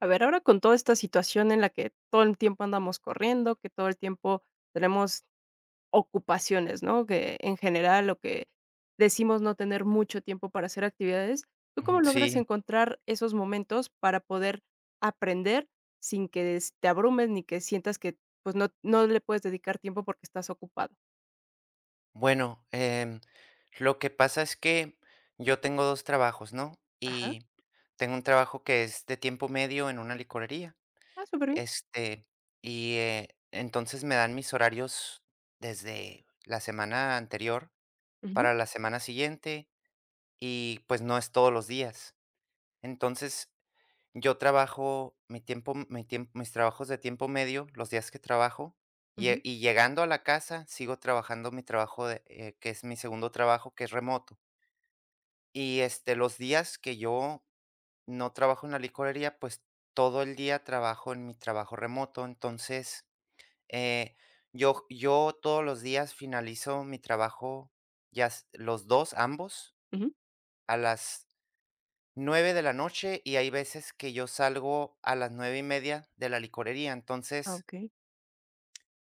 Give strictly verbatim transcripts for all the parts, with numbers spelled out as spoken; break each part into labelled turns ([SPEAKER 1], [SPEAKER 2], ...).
[SPEAKER 1] A ver, ahora con toda esta situación en la que todo el tiempo andamos corriendo, que todo el tiempo tenemos ocupaciones, ¿no? Que en general lo que decimos no tener mucho tiempo para hacer actividades, ¿tú cómo
[SPEAKER 2] Ujú. Sí,
[SPEAKER 1] logras encontrar esos momentos para poder aprender sin que des- te abrumes ni que sientas que pues no, no le puedes dedicar tiempo porque estás ocupado?
[SPEAKER 2] bueno, em, lo que pasa es que yo tengo dos trabajos, ¿no?
[SPEAKER 1] Ajá.
[SPEAKER 2] Y tengo un trabajo que es de tiempo medio en una licorería,
[SPEAKER 1] Ah, súper bien.
[SPEAKER 2] este, y eh, entonces me dan mis horarios desde la semana anterior
[SPEAKER 1] Ujú,
[SPEAKER 2] para la semana siguiente y pues no es todos los días. Entonces, Yo trabajo mi tiempo mi tiemp mis trabajos de tiempo medio, los días que trabajo, y
[SPEAKER 1] ujú,
[SPEAKER 2] y llegando a la casa, sigo trabajando mi trabajo de, eh, que es mi segundo trabajo, que es remoto. Y, este, los días que yo no trabajo en la licorería, pues, todo el día trabajo en mi trabajo remoto. Entonces, eh, yo yo todos los días finalizo mi trabajo trabaas los dos ambos,
[SPEAKER 1] ujú.
[SPEAKER 2] a las nueve de la noche, y hay veces que yo salgo a las nueve y media de la licorería.
[SPEAKER 1] Ah,
[SPEAKER 2] Entonces,
[SPEAKER 1] ok.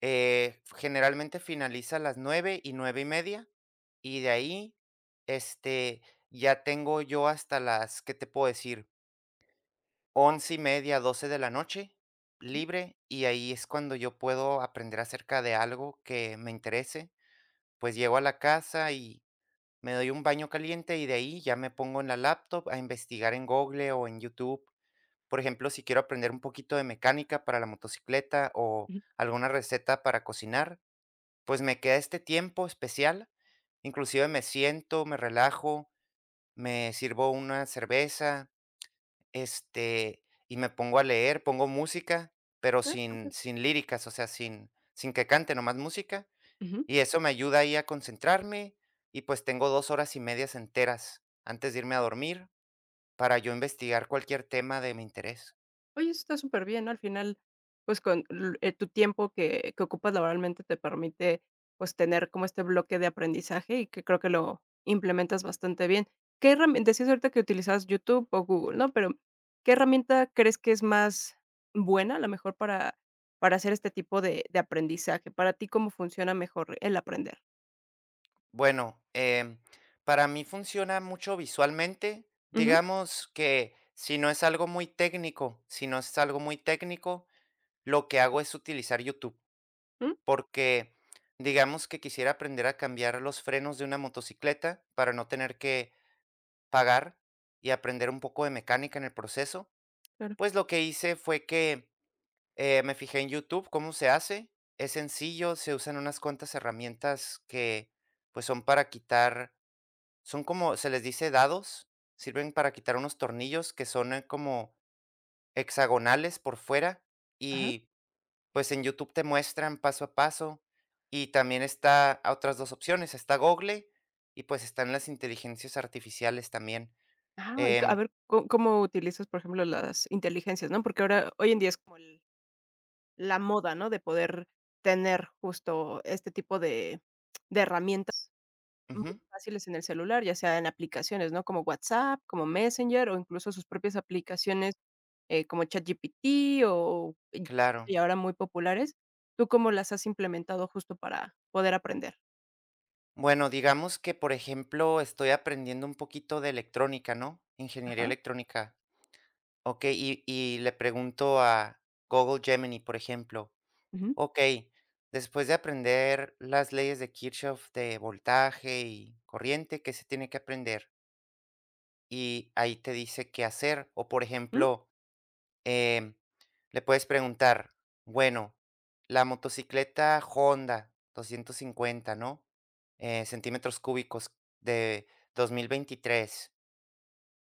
[SPEAKER 2] eh, generalmente finaliza a las nueve y nueve y media, y de ahí, este, ya tengo yo hasta las, ¿qué te puedo decir? Once y media, doce de la noche
[SPEAKER 1] Ujú,
[SPEAKER 2] libre, y ahí es cuando yo puedo aprender acerca de algo que me interese. Pues llego a la casa y me doy un baño caliente, y de ahí ya me pongo en la laptop a investigar en Google o en YouTube. Por ejemplo, si quiero aprender un poquito de mecánica para la motocicleta o
[SPEAKER 1] ujú.
[SPEAKER 2] alguna receta para cocinar, pues me queda este tiempo especial. Inclusive me siento, me relajo, me sirvo una cerveza, este, y me pongo a leer, pongo música, pero
[SPEAKER 1] Ah,
[SPEAKER 2] sin,
[SPEAKER 1] súper.
[SPEAKER 2] sin líricas, o sea, sin, sin que cante, nomás música. Y eso me ayuda ahí a concentrarme y pues tengo dos horas y medias enteras antes de irme a dormir para yo investigar cualquier tema de mi interés.
[SPEAKER 1] Oye, eso está súper bien, ¿no? Al final, pues, con l eh, tu tiempo que que ocupas laboralmente te permite, pues, tener como este bloque de aprendizaje y que creo que lo implementas bastante bien. ¿Qué herramienta decías ahorita que utilizabas YouTube o Google, no? Pero, ¿qué herramienta crees que es más buena, la mejor para para hacer este tipo de de aprendizaje? Para ti, ¿cómo funciona mejor el aprender?
[SPEAKER 2] Bueno, em, para mí funciona mucho visualmente.
[SPEAKER 1] Ujú,
[SPEAKER 2] Digamos que si no es algo muy técnico, si no es algo muy técnico, lo que hago es utilizar YouTube,
[SPEAKER 1] mm,
[SPEAKER 2] porque digamos que quisiera aprender a cambiar los frenos de una motocicleta para no tener que pagar y aprender un poco de mecánica en el proceso.
[SPEAKER 1] claro.
[SPEAKER 2] Pues lo que hice fue que eh, me fijé en YouTube cómo se hace. Es sencillo, se usan unas cuantas herramientas que pues son para quitar, son como se les dice dados, sirven para quitar unos tornillos que son, eh, como hexagonales por fuera
[SPEAKER 1] Ajá.
[SPEAKER 2] y, pues, en YouTube te muestran paso a paso. Y también está a otras dos opciones, está Google y, pues, están las inteligencias artificiales también.
[SPEAKER 1] Ah, y c- a
[SPEAKER 2] Em
[SPEAKER 1] ver, ¿có cómo utilizas, por ejemplo, las inteligencias, no? Porque ahora hoy en día es como el la moda, ¿no? De poder tener justo este tipo de de herramientas muy
[SPEAKER 2] Ujú,
[SPEAKER 1] fáciles en el celular, ya sea en aplicaciones, ¿no? Como WhatsApp, como Messenger o incluso sus propias aplicaciones, eh, como ChatGPT o
[SPEAKER 2] claro.
[SPEAKER 1] y ahora muy populares. ¿Tú cómo las has implementado justo para poder aprender?
[SPEAKER 2] Bueno, digamos que, por ejemplo, estoy aprendiendo un poquito de electrónica, ¿no? Ingeniería
[SPEAKER 1] Ajá.
[SPEAKER 2] electrónica. Okey, y y le pregunto a Google Gemini, por ejemplo.
[SPEAKER 1] Ujú.
[SPEAKER 2] Ok, después de aprender las leyes de Kirchhoff de voltaje y corriente, ¿qué se tiene que aprender? Y ahí te dice qué hacer. O por
[SPEAKER 1] Mm,
[SPEAKER 2] ejemplo, em, le puedes preguntar, bueno, la motocicleta Honda doscientos cincuenta, ¿no? Eh, centímetros cúbicos de dos mil veintitrés.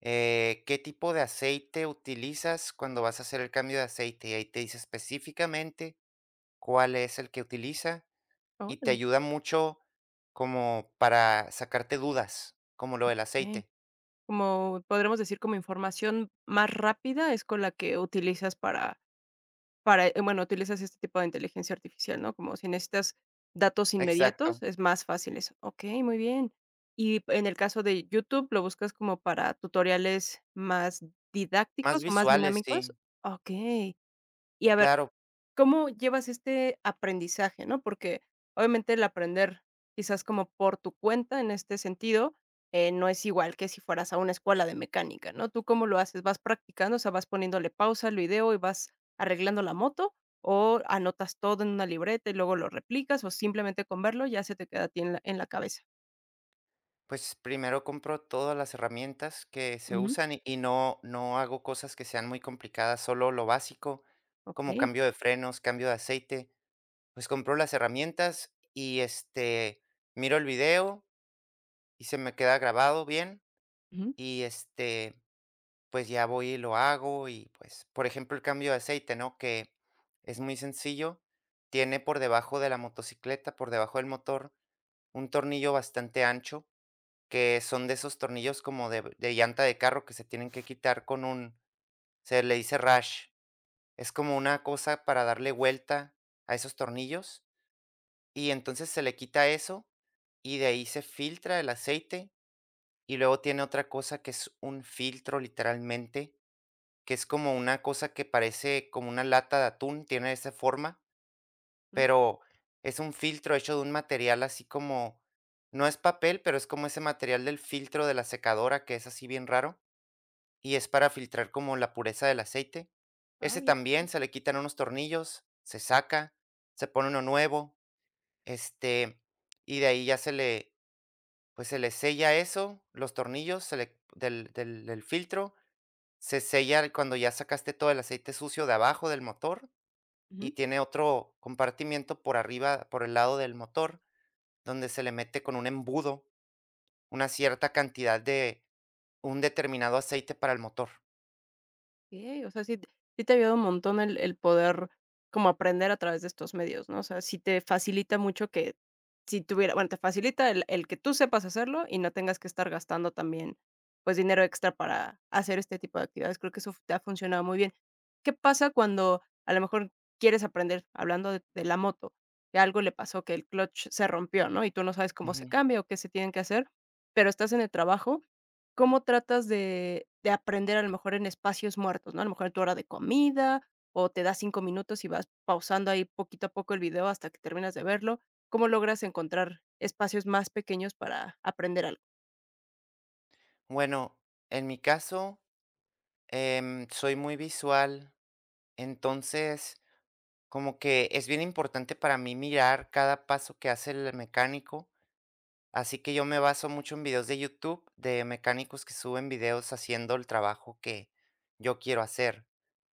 [SPEAKER 2] eh, ¿qué tipo de aceite utilizas cuando vas a hacer el cambio de aceite? Y ahí te dice específicamente cuál es el que utiliza y te
[SPEAKER 1] órale,
[SPEAKER 2] ayuda mucho como para sacarte dudas, como lo del
[SPEAKER 1] okey.
[SPEAKER 2] aceite.
[SPEAKER 1] Como podremos decir, como información más rápida es con la que utilizas para Para, eh, bueno, utilizas este tipo de inteligencia artificial, ¿no? Como si necesitas datos inmediatos,
[SPEAKER 2] Exacto.
[SPEAKER 1] es más fácil eso. Okey, muy bien. Y en el caso de YouTube, ¿lo buscas como para tutoriales más
[SPEAKER 2] Más
[SPEAKER 1] didácticos o más
[SPEAKER 2] visuales,
[SPEAKER 1] dinámicos?
[SPEAKER 2] sí.
[SPEAKER 1] Okey. Y a ver,
[SPEAKER 2] Claro,
[SPEAKER 1] ¿cómo llevas este aprendizaje, no? Porque obviamente el aprender quizás como por tu cuenta en este sentido, eh, no es igual que si fueras a una escuela de mecánica, ¿no? ¿Tú cómo lo haces? ¿Vas practicando? O sea, ¿vas poniéndole pausa al video y vas arreglando la moto? ¿O anotas todo en una libreta y luego lo replicas? ¿O simplemente con verlo ya se te queda a ti en la, en la cabeza?
[SPEAKER 2] pues primero compro todas las herramientas que se
[SPEAKER 1] Ujú,
[SPEAKER 2] usan y y no no hago cosas que sean muy complicadas, solo lo básico, como
[SPEAKER 1] ok,
[SPEAKER 2] cambio de frenos, cambio de aceite. Pues compro las herramientas y, este, miro el video y se me queda grabado bien
[SPEAKER 1] ujú, ujú.
[SPEAKER 2] y, este, pues ya voy y lo hago y pues, por ejemplo, el cambio de aceite, ¿no? Que es muy sencillo, tiene por debajo de la motocicleta, por debajo del motor, un tornillo bastante ancho, que son de esos tornillos como de, de llanta de carro que se tienen que quitar con un, se le dice rash, es como una cosa para darle vuelta a esos tornillos y entonces se le quita eso y de ahí se filtra el aceite y luego tiene otra cosa que es un filtro literalmente, que es como una cosa que parece como una lata de atún, tiene esa forma,
[SPEAKER 1] Mm,
[SPEAKER 2] pero es un filtro hecho de un material así como, no es papel, pero es como ese material del filtro de la secadora que es así bien raro y es para filtrar como la pureza del aceite.
[SPEAKER 1] ah,
[SPEAKER 2] Ese
[SPEAKER 1] bien.
[SPEAKER 2] también se le quitan unos tornillos, se saca, se pone uno nuevo, este, y de ahí ya se le, pues se le sella eso, los tornillos se le, del, del del filtro se sella cuando ya sacaste todo el aceite sucio de abajo del motor y tiene otro compartimiento por arriba, por el lado del motor, donde se le mete con un embudo una cierta cantidad de un determinado aceite para el motor.
[SPEAKER 1] Okey, o sea, sí t sí te ha ayudado un montón el el poder como aprender a través de estos medios, ¿no? O sea, sí te facilita mucho que si tuviera bueno, te facilita el el que tú sepas hacerlo y no tengas que estar gastando también, pues, dinero extra para hacer este tipo de actividades. Creo que eso te ha funcionado muy bien. ¿Qué pasa cuando a lo mejor quieres aprender, hablando de de la moto, que algo le pasó, que el clutch se rompió, ¿no? Y tú no sabes cómo se
[SPEAKER 2] Ujú.
[SPEAKER 1] cambia o qué se tienen que hacer, pero estás en el trabajo. ¿Cómo tratas de de aprender a lo mejor en espacios muertos, no? A lo mejor en tu hora de comida, o te das cinco minutos y vas pausando ahí poquito a poco el video hasta que terminas de verlo. ¿Cómo logras encontrar espacios más pequeños para aprender algo?
[SPEAKER 2] Bueno, en mi caso, em, soy muy visual, entonces como que es bien importante para mí mirar cada paso que hace el mecánico. Así que yo me baso mucho en videos de YouTube de mecánicos que suben videos haciendo el trabajo que yo quiero hacer.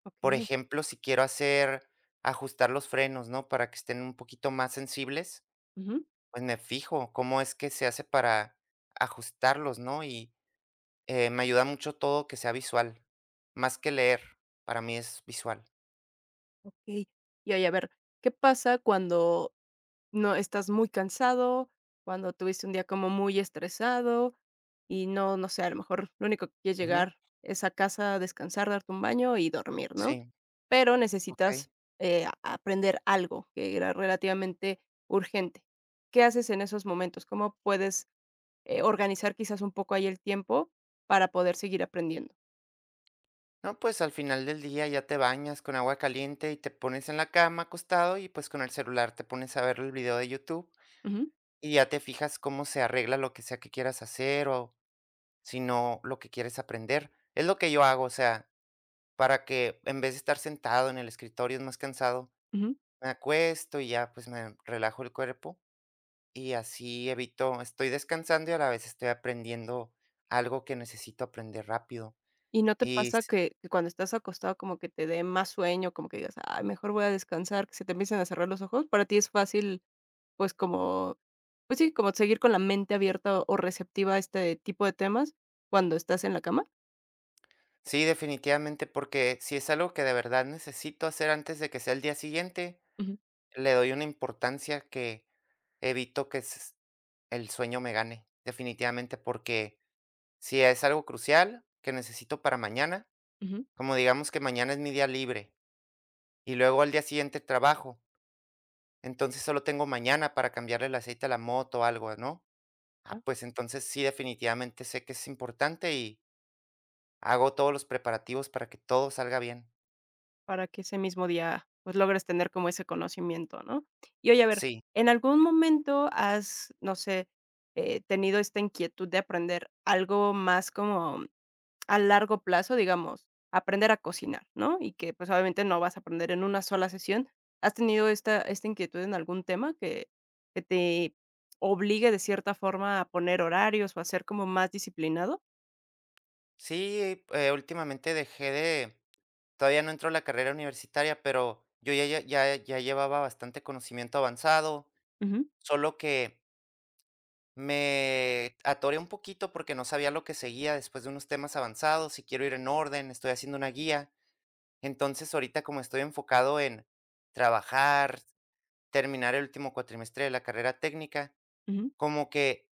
[SPEAKER 1] Okey.
[SPEAKER 2] Por ejemplo, si quiero hacer, ajustar los frenos, ¿no? Para que estén un poquito más sensibles,
[SPEAKER 1] Ujú.
[SPEAKER 2] pues me fijo cómo es que se hace para ajustarlos, ¿no? Y eh, me ayuda mucho todo que sea visual, más que leer, para mí es visual.
[SPEAKER 1] Okey. Y oye, a ver, ¿qué pasa cuando no, estás muy cansado, cuando tuviste un día como muy estresado y no, no sé, a lo mejor lo único que quieres
[SPEAKER 2] Ujú,
[SPEAKER 1] llegar es a casa, descansar, darte un baño y dormir, ¿no?
[SPEAKER 2] sí,
[SPEAKER 1] Pero
[SPEAKER 2] ok.
[SPEAKER 1] necesitas eh, a- aprender algo que era relativamente urgente. ¿Qué haces en esos momentos? ¿Cómo puedes eh, organizar quizás un poco ahí el tiempo para poder seguir aprendiendo?
[SPEAKER 2] No, pues al final del día ya te bañas con agua caliente y te pones en la cama acostado y pues con el celular te pones a ver el video de YouTube
[SPEAKER 1] Ujú,
[SPEAKER 2] y ya te fijas cómo se arregla lo que sea que quieras hacer o si no lo que quieres aprender. Es lo que yo hago, o sea, para que, en vez de estar sentado en el escritorio, es más cansado,
[SPEAKER 1] ujú.
[SPEAKER 2] me acuesto y ya pues me relajo el cuerpo y así evito, estoy descansando y a la vez estoy aprendiendo algo que necesito aprender rápido.
[SPEAKER 1] ¿Y no te
[SPEAKER 2] Y
[SPEAKER 1] pasa que que cuando estás acostado como que te dé más sueño, como que digas: "Ay, mejor voy a descansar", que se te empiecen a cerrar los ojos? ¿Para ti es fácil, pues, como, pues sí, como seguir con la mente abierta o o receptiva a este tipo de temas cuando estás en la cama?
[SPEAKER 2] sí, definitivamente, porque si es algo que de verdad necesito hacer antes de que sea el día siguiente,
[SPEAKER 1] Ujú,
[SPEAKER 2] le doy una importancia que evito que s- el sueño me gane, definitivamente, porque si es algo crucial que necesito para mañana,
[SPEAKER 1] ujú.
[SPEAKER 2] como digamos que mañana es mi día libre y luego al día siguiente trabajo, entonces solo tengo mañana para cambiarle el aceite a la moto o algo, ¿no?
[SPEAKER 1] Ah,
[SPEAKER 2] Ah, pues entonces sí, definitivamente sé que es importante y hago todos los preparativos para que todo salga bien.
[SPEAKER 1] para que ese mismo día, pues, logres tener como ese conocimiento, ¿no? Y oye, a ver,
[SPEAKER 2] Sí.
[SPEAKER 1] ¿en algún momento has, no sé, eh, tenido esta inquietud de aprender algo más como a largo plazo, digamos, aprender a cocinar, ¿no? Y que, pues, obviamente no vas a aprender en una sola sesión. ¿Has tenido esta esta inquietud en algún tema que que te obligue de cierta forma a poner horarios o a ser como más disciplinado?
[SPEAKER 2] Sí, eh, últimamente dejé de, todavía no entró la carrera universitaria, pero yo ya ya ya ya llevaba bastante conocimiento avanzado,
[SPEAKER 1] Ujú,
[SPEAKER 2] solo que me atoré un poquito porque no sabía lo que seguía después de unos temas avanzados, si quiero ir en orden, estoy haciendo una guía. Entonces, ahorita como estoy enfocado en trabajar, terminar el último cuatrimestre de la carrera técnica,
[SPEAKER 1] ujú.
[SPEAKER 2] como que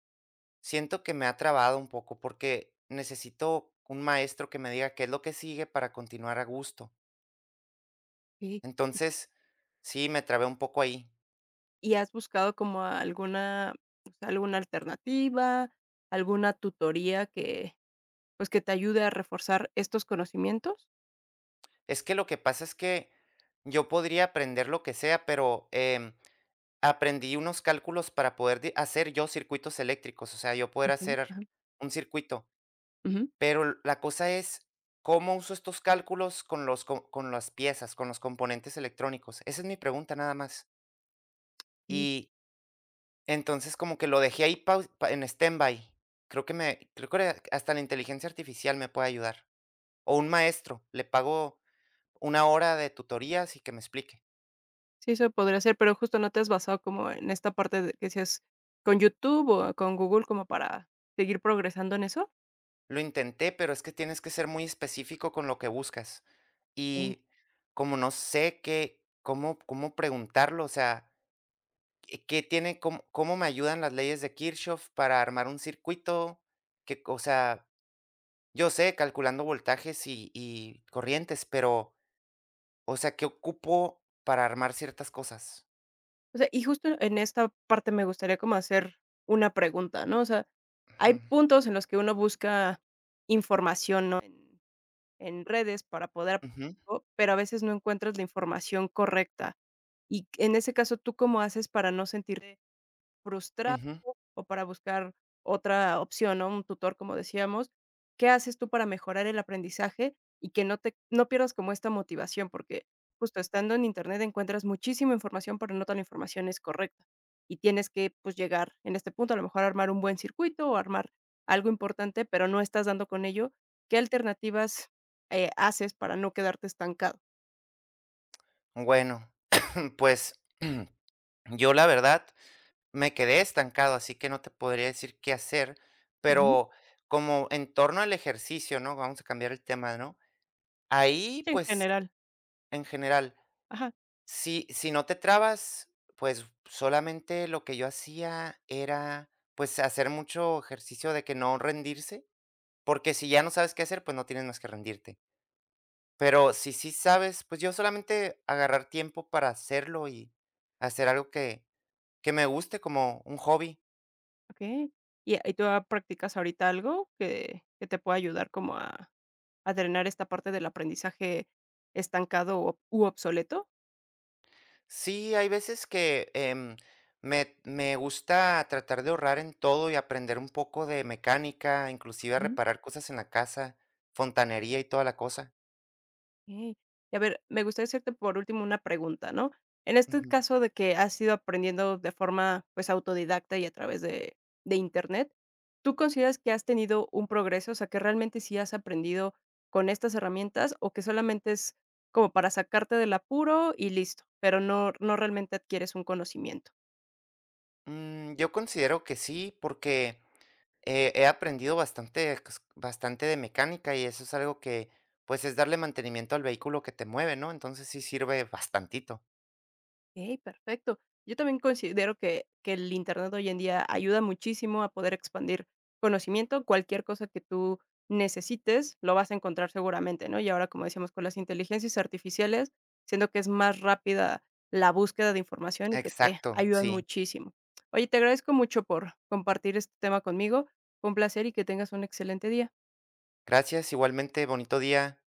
[SPEAKER 2] siento que me ha trabado un poco porque necesito un maestro que me diga qué es lo que sigue para continuar a gusto.
[SPEAKER 1] Sí,
[SPEAKER 2] Entonces, sí, me trabé un poco ahí.
[SPEAKER 1] ¿y has buscado como alguna, o sea, alguna alternativa, alguna tutoría que, pues, que te ayude a reforzar estos conocimientos?
[SPEAKER 2] Es que lo que pasa es que yo podría aprender lo que sea, pero em, aprendí unos cálculos para poder di- hacer yo circuitos eléctricos, o sea, yo poder
[SPEAKER 1] Okey.
[SPEAKER 2] hacer
[SPEAKER 1] Ajá,
[SPEAKER 2] un circuito.
[SPEAKER 1] ujú.
[SPEAKER 2] Pero l- la cosa es cómo uso estos cálculos con los, co- con las piezas, con los componentes electrónicos. Esa es mi pregunta nada más. Y entonces, como que lo dejé ahí, pau pa en stand-by. Creo que me creo que hasta la inteligencia artificial me puede ayudar, o un maestro, le pago una hora de tutorías y que me explique.
[SPEAKER 1] Sí, eso podría ser, pero justo no te has basado como en esta parte de que decías con YouTube o con Google como para seguir progresando en eso.
[SPEAKER 2] Lo intenté, pero es que tienes que ser muy específico con lo que buscas,
[SPEAKER 1] Sí.
[SPEAKER 2] y como no sé qué cómo cómo preguntarlo, o sea, ¿qué qué tiene, cómo cómo me ayudan las leyes de Kirchhoff para armar un circuito? ¿Qué co O sea, yo sé calculando voltajes y y corrientes, pero, o sea, qué ocupo para armar ciertas cosas.
[SPEAKER 1] O sea, y justo en esta parte me gustaría como hacer una pregunta, ¿no? O sea, hay
[SPEAKER 2] Ujú,
[SPEAKER 1] puntos en los que uno busca información, ¿no? En, en redes para poder,
[SPEAKER 2] ujú,
[SPEAKER 1] o- pero a veces no encuentras la información correcta. Y en ese caso, ¿tú cómo haces para no sentirte frustrado
[SPEAKER 2] ujú.
[SPEAKER 1] o para buscar otra opción, no? Un tutor, como decíamos. ¿Qué haces tú para mejorar el aprendizaje y que no te no pierdas como esta motivación? Porque justo estando en Internet encuentras muchísima información, pero no toda la información es correcta. Y tienes que, pues, llegar en este punto, a lo mejor armar un buen circuito o armar algo importante, pero no estás dando con ello. ¿Qué alternativas, eh, haces para no quedarte estancado?
[SPEAKER 2] Bueno, pues, yo la verdad me quedé estancado, así que no te podría decir qué hacer,
[SPEAKER 1] Ujú.
[SPEAKER 2] pero como en torno al ejercicio, ¿no? Vamos a cambiar el tema, ¿no? Ahí,
[SPEAKER 1] En
[SPEAKER 2] pues,
[SPEAKER 1] general.
[SPEAKER 2] en general,
[SPEAKER 1] Ajá.
[SPEAKER 2] si si no te trabas, pues, solamente lo que yo hacía era, pues, hacer mucho ejercicio de que no rendirse, porque si ya no sabes qué hacer, pues, no tienes más que rendirte. Pero si sí sabes, pues yo solamente agarrar tiempo para hacerlo y hacer algo que, que me guste como un hobby.
[SPEAKER 1] Okey. ¿Y y tú ah, practicas ahorita algo que que te pueda ayudar como a a drenar esta parte del aprendizaje estancado u u obsoleto?
[SPEAKER 2] Sí, hay veces que em, me, me gusta tratar de ahorrar en todo y aprender un poco de mecánica, inclusive a
[SPEAKER 1] Ujú.
[SPEAKER 2] reparar cosas en la casa, fontanería y toda la cosa.
[SPEAKER 1] Okey. Y a ver, me gustaría hacerte por último una pregunta, ¿no? En este
[SPEAKER 2] Ujú.
[SPEAKER 1] caso de que has ido aprendiendo de forma, pues, autodidacta y a través de de Internet, ¿tú consideras que has tenido un progreso? O sea, ¿que realmente sí has aprendido con estas herramientas o que solamente es como para sacarte del apuro y listo, pero no no realmente adquieres un conocimiento?
[SPEAKER 2] Mm, yo considero que sí, porque Eh, he aprendido bastante, cos- bastante de mecánica y eso es algo que, pues, es darle mantenimiento al vehículo que te mueve, ¿no? Entonces sí sirve bastantito.
[SPEAKER 1] Okey, perfecto. Yo también considero que que el Internet hoy en día ayuda muchísimo a poder expandir conocimiento. Cualquier cosa que tú necesites, lo vas a encontrar seguramente, ¿no? Y ahora, como decíamos, con las inteligencias artificiales, siendo que es más rápida la búsqueda de información y que te
[SPEAKER 2] Exacto,
[SPEAKER 1] ayudan
[SPEAKER 2] sí.
[SPEAKER 1] muchísimo. Oye, te agradezco mucho por compartir este tema conmigo. Fue un placer y que tengas un excelente día.
[SPEAKER 2] Gracias, igualmente, bonito día.